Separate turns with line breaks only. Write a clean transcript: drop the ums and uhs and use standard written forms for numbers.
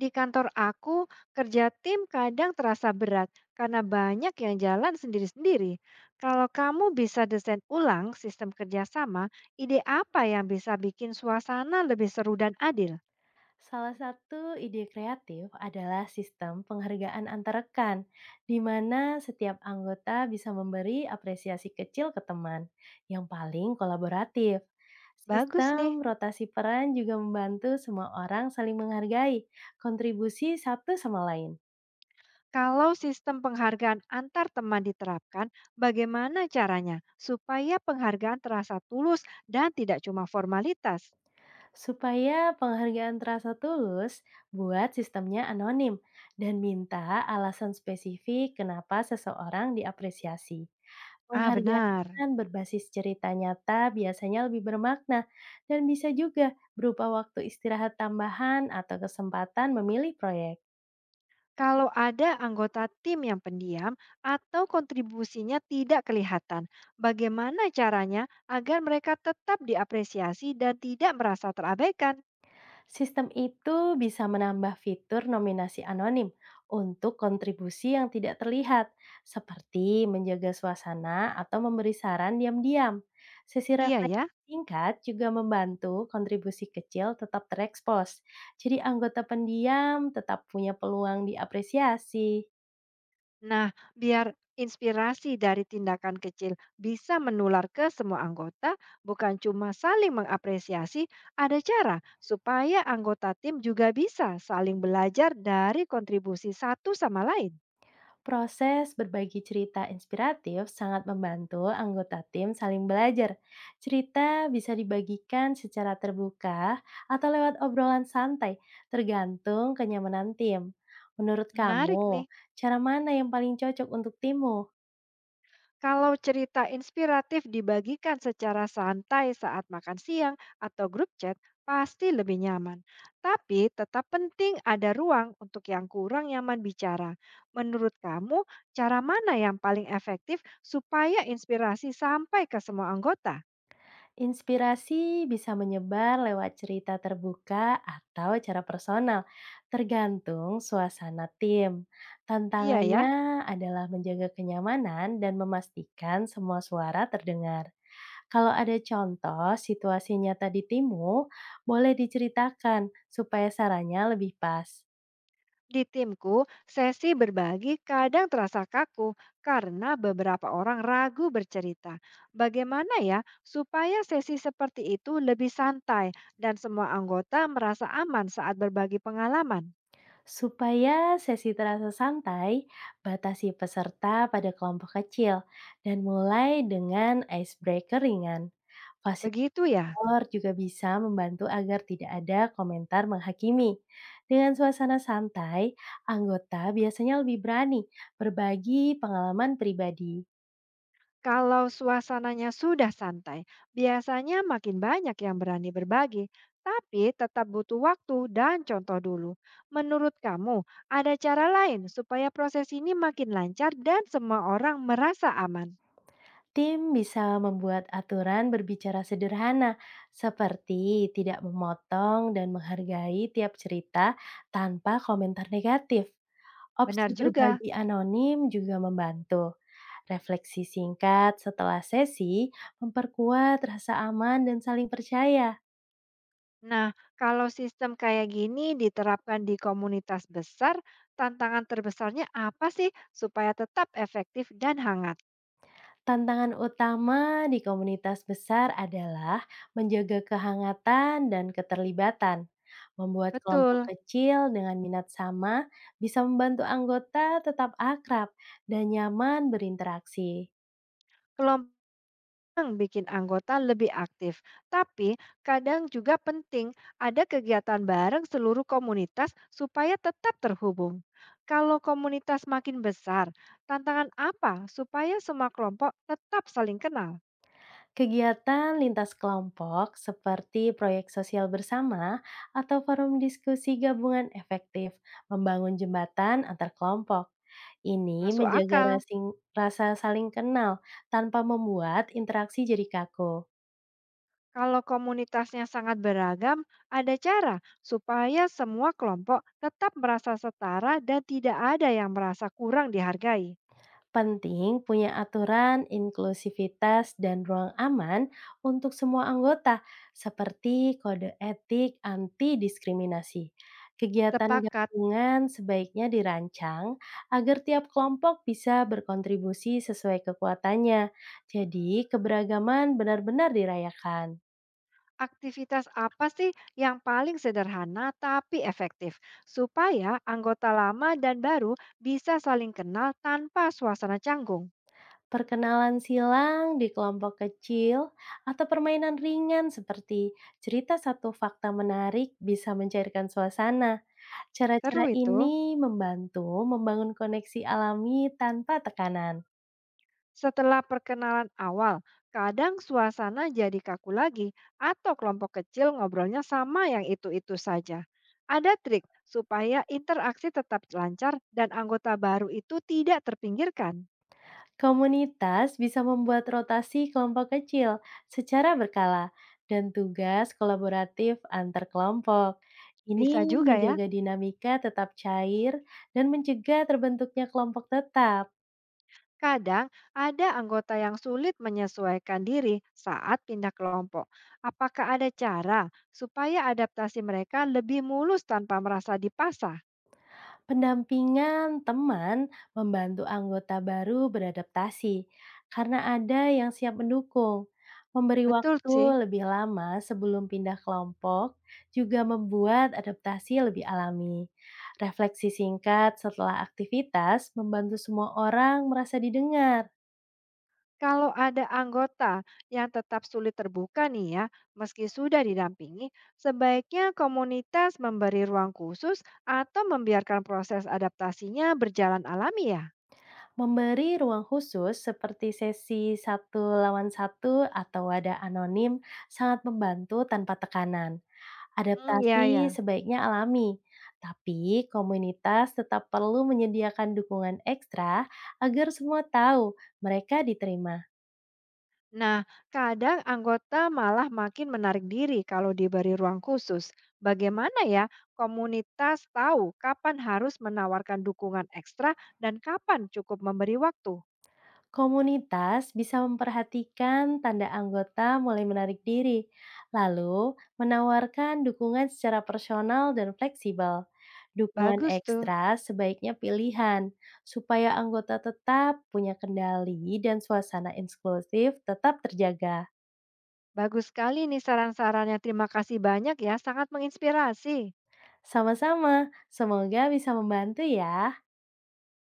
Di kantor aku, kerja tim kadang terasa berat karena banyak yang jalan sendiri-sendiri. Kalau kamu bisa desain ulang sistem kerjasama, ide apa yang bisa bikin suasana lebih seru dan adil?
Salah satu ide kreatif adalah sistem penghargaan antar rekan, di mana setiap anggota bisa memberi apresiasi kecil ke teman yang paling kolaboratif.
Bagus nih.
Sistem rotasi peran juga membantu semua orang saling menghargai kontribusi satu sama lain.
Kalau sistem penghargaan antar teman diterapkan, bagaimana caranya supaya penghargaan terasa tulus dan tidak cuma formalitas?
Supaya penghargaan terasa tulus, buat sistemnya anonim dan minta alasan spesifik kenapa seseorang diapresiasi.
Ah,
Penghargaan
benar.
berbasis cerita nyata biasanya lebih bermakna dan bisa juga berupa waktu istirahat tambahan atau kesempatan memilih proyek.
Kalau ada anggota tim yang pendiam atau kontribusinya tidak kelihatan, bagaimana caranya agar mereka tetap diapresiasi dan tidak merasa terabaikan?
Sistem itu bisa menambah fitur nominasi anonim untuk kontribusi yang tidak terlihat, seperti menjaga suasana atau memberi saran diam-diam. Sesi
Iya
refleksi
ya.
singkat juga membantu kontribusi kecil tetap terekspos. Jadi anggota pendiam tetap punya peluang diapresiasi.
Nah, biar inspirasi dari tindakan kecil bisa menular ke semua anggota, bukan cuma saling mengapresiasi, ada cara supaya anggota tim juga bisa saling belajar dari kontribusi satu sama lain.
Proses berbagi cerita inspiratif sangat membantu anggota tim saling belajar. Cerita bisa dibagikan secara terbuka atau lewat obrolan santai, tergantung kenyamanan tim. Menurut
Menarik nih.
kamu, cara mana yang paling cocok untuk timmu?
Kalau cerita inspiratif dibagikan secara santai saat makan siang atau grup chat, pasti lebih nyaman. Tapi tetap penting ada ruang untuk yang kurang nyaman bicara. Menurut kamu, cara mana yang paling efektif supaya inspirasi sampai ke semua anggota?
Inspirasi bisa menyebar lewat cerita terbuka atau cara personal, tergantung suasana tim.
Iya ya.
Tantangannya adalah menjaga kenyamanan dan memastikan semua suara terdengar. Kalau ada contoh situasi nyata di timmu, boleh diceritakan supaya sarannya lebih pas.
Di timku, sesi berbagi kadang terasa kaku karena beberapa orang ragu bercerita. Bagaimana ya supaya sesi seperti itu lebih santai dan semua anggota merasa aman saat berbagi pengalaman?
Supaya sesi terasa santai, batasi peserta pada kelompok kecil dan mulai dengan icebreaker ringan.
Begitu ya.
Moderator juga bisa membantu agar tidak ada komentar menghakimi. Dengan suasana santai, anggota biasanya lebih berani berbagi pengalaman pribadi.
Kalau suasananya sudah santai, biasanya makin banyak yang berani berbagi, tapi tetap butuh waktu dan contoh dulu. Menurut kamu, ada cara lain supaya proses ini makin lancar dan semua orang merasa aman?
Tim bisa membuat aturan berbicara sederhana, seperti tidak memotong dan menghargai tiap cerita tanpa komentar negatif. Opsi
Benar juga.
berbagi anonim juga membantu. Refleksi singkat setelah sesi memperkuat rasa aman dan saling percaya.
Nah, kalau sistem kayak gini diterapkan di komunitas besar, tantangan terbesarnya apa sih supaya tetap efektif dan hangat?
Tantangan utama di komunitas besar adalah menjaga kehangatan dan keterlibatan. Membuat kelompok
Betul.
kecil dengan minat sama bisa membantu anggota tetap akrab dan nyaman berinteraksi.
Kelompok yang bikin anggota lebih aktif, tapi kadang juga penting ada kegiatan bareng seluruh komunitas supaya tetap terhubung. Kalau komunitas makin besar, tantangan apa supaya semua kelompok tetap saling kenal?
Kegiatan lintas kelompok seperti proyek sosial bersama atau forum diskusi gabungan efektif membangun jembatan antar kelompok. Ini
Masuk
menjaga
akal.
rasa saling kenal tanpa membuat interaksi jadi kaku.
Kalau komunitasnya sangat beragam, ada cara supaya semua kelompok tetap merasa setara dan tidak ada yang merasa kurang dihargai.
Penting punya aturan, inklusivitas, dan ruang aman untuk semua anggota, seperti kode etik anti diskriminasi. Kegiatan
Sepakat,
gabungan sebaiknya dirancang agar tiap kelompok bisa berkontribusi sesuai kekuatannya. Jadi, keberagaman benar-benar dirayakan.
aktivitas apa sih yang paling sederhana tapi efektif supaya anggota lama dan baru bisa saling kenal tanpa suasana canggung?
Perkenalan silang di kelompok kecil atau permainan ringan seperti cerita satu fakta menarik bisa mencairkan suasana.
Seru
Cara-cara
itu.
ini membantu membangun koneksi alami tanpa tekanan.
Setelah perkenalan awal, kadang suasana jadi kaku lagi atau kelompok kecil ngobrolnya sama yang itu-itu saja. Ada trik supaya interaksi tetap lancar dan anggota baru itu tidak terpinggirkan.
Komunitas bisa membuat rotasi kelompok kecil secara berkala dan tugas kolaboratif antar kelompok.
Bisa
Ini
juga ya,
menjaga dinamika tetap cair dan mencegah terbentuknya kelompok tetap.
kadang ada anggota yang sulit menyesuaikan diri saat pindah kelompok. Apakah ada cara supaya adaptasi mereka lebih mulus tanpa merasa dipaksa?
Pendampingan teman membantu anggota baru beradaptasi karena ada yang siap mendukung. Memberi
Betul sih.
waktu lebih lama sebelum pindah kelompok juga membuat adaptasi lebih alami. Refleksi singkat setelah aktivitas membantu semua orang merasa didengar.
Kalau ada anggota yang tetap sulit terbuka nih ya, meski sudah didampingi, sebaiknya komunitas memberi ruang khusus atau membiarkan proses adaptasinya berjalan alami ya.
Memberi ruang khusus seperti sesi satu lawan satu atau wadah anonim sangat membantu tanpa tekanan.
Hmm, ya
Adaptasi
ya.
sebaiknya alami, tapi komunitas tetap perlu menyediakan dukungan ekstra agar semua tahu mereka diterima.
Nah, kadang anggota malah makin menarik diri kalau diberi ruang khusus. Bagaimana ya komunitas tahu kapan harus menawarkan dukungan ekstra dan kapan cukup memberi waktu?
Komunitas bisa memperhatikan tanda anggota mulai menarik diri, lalu menawarkan dukungan secara personal dan fleksibel. Dukungan
Bagus tuh.
ekstra sebaiknya pilihan, supaya anggota tetap punya kendali dan suasana inklusif tetap terjaga.
Bagus sekali nih saran-sarannya. Terima kasih banyak ya, sangat menginspirasi.
Sama-sama, semoga bisa membantu ya.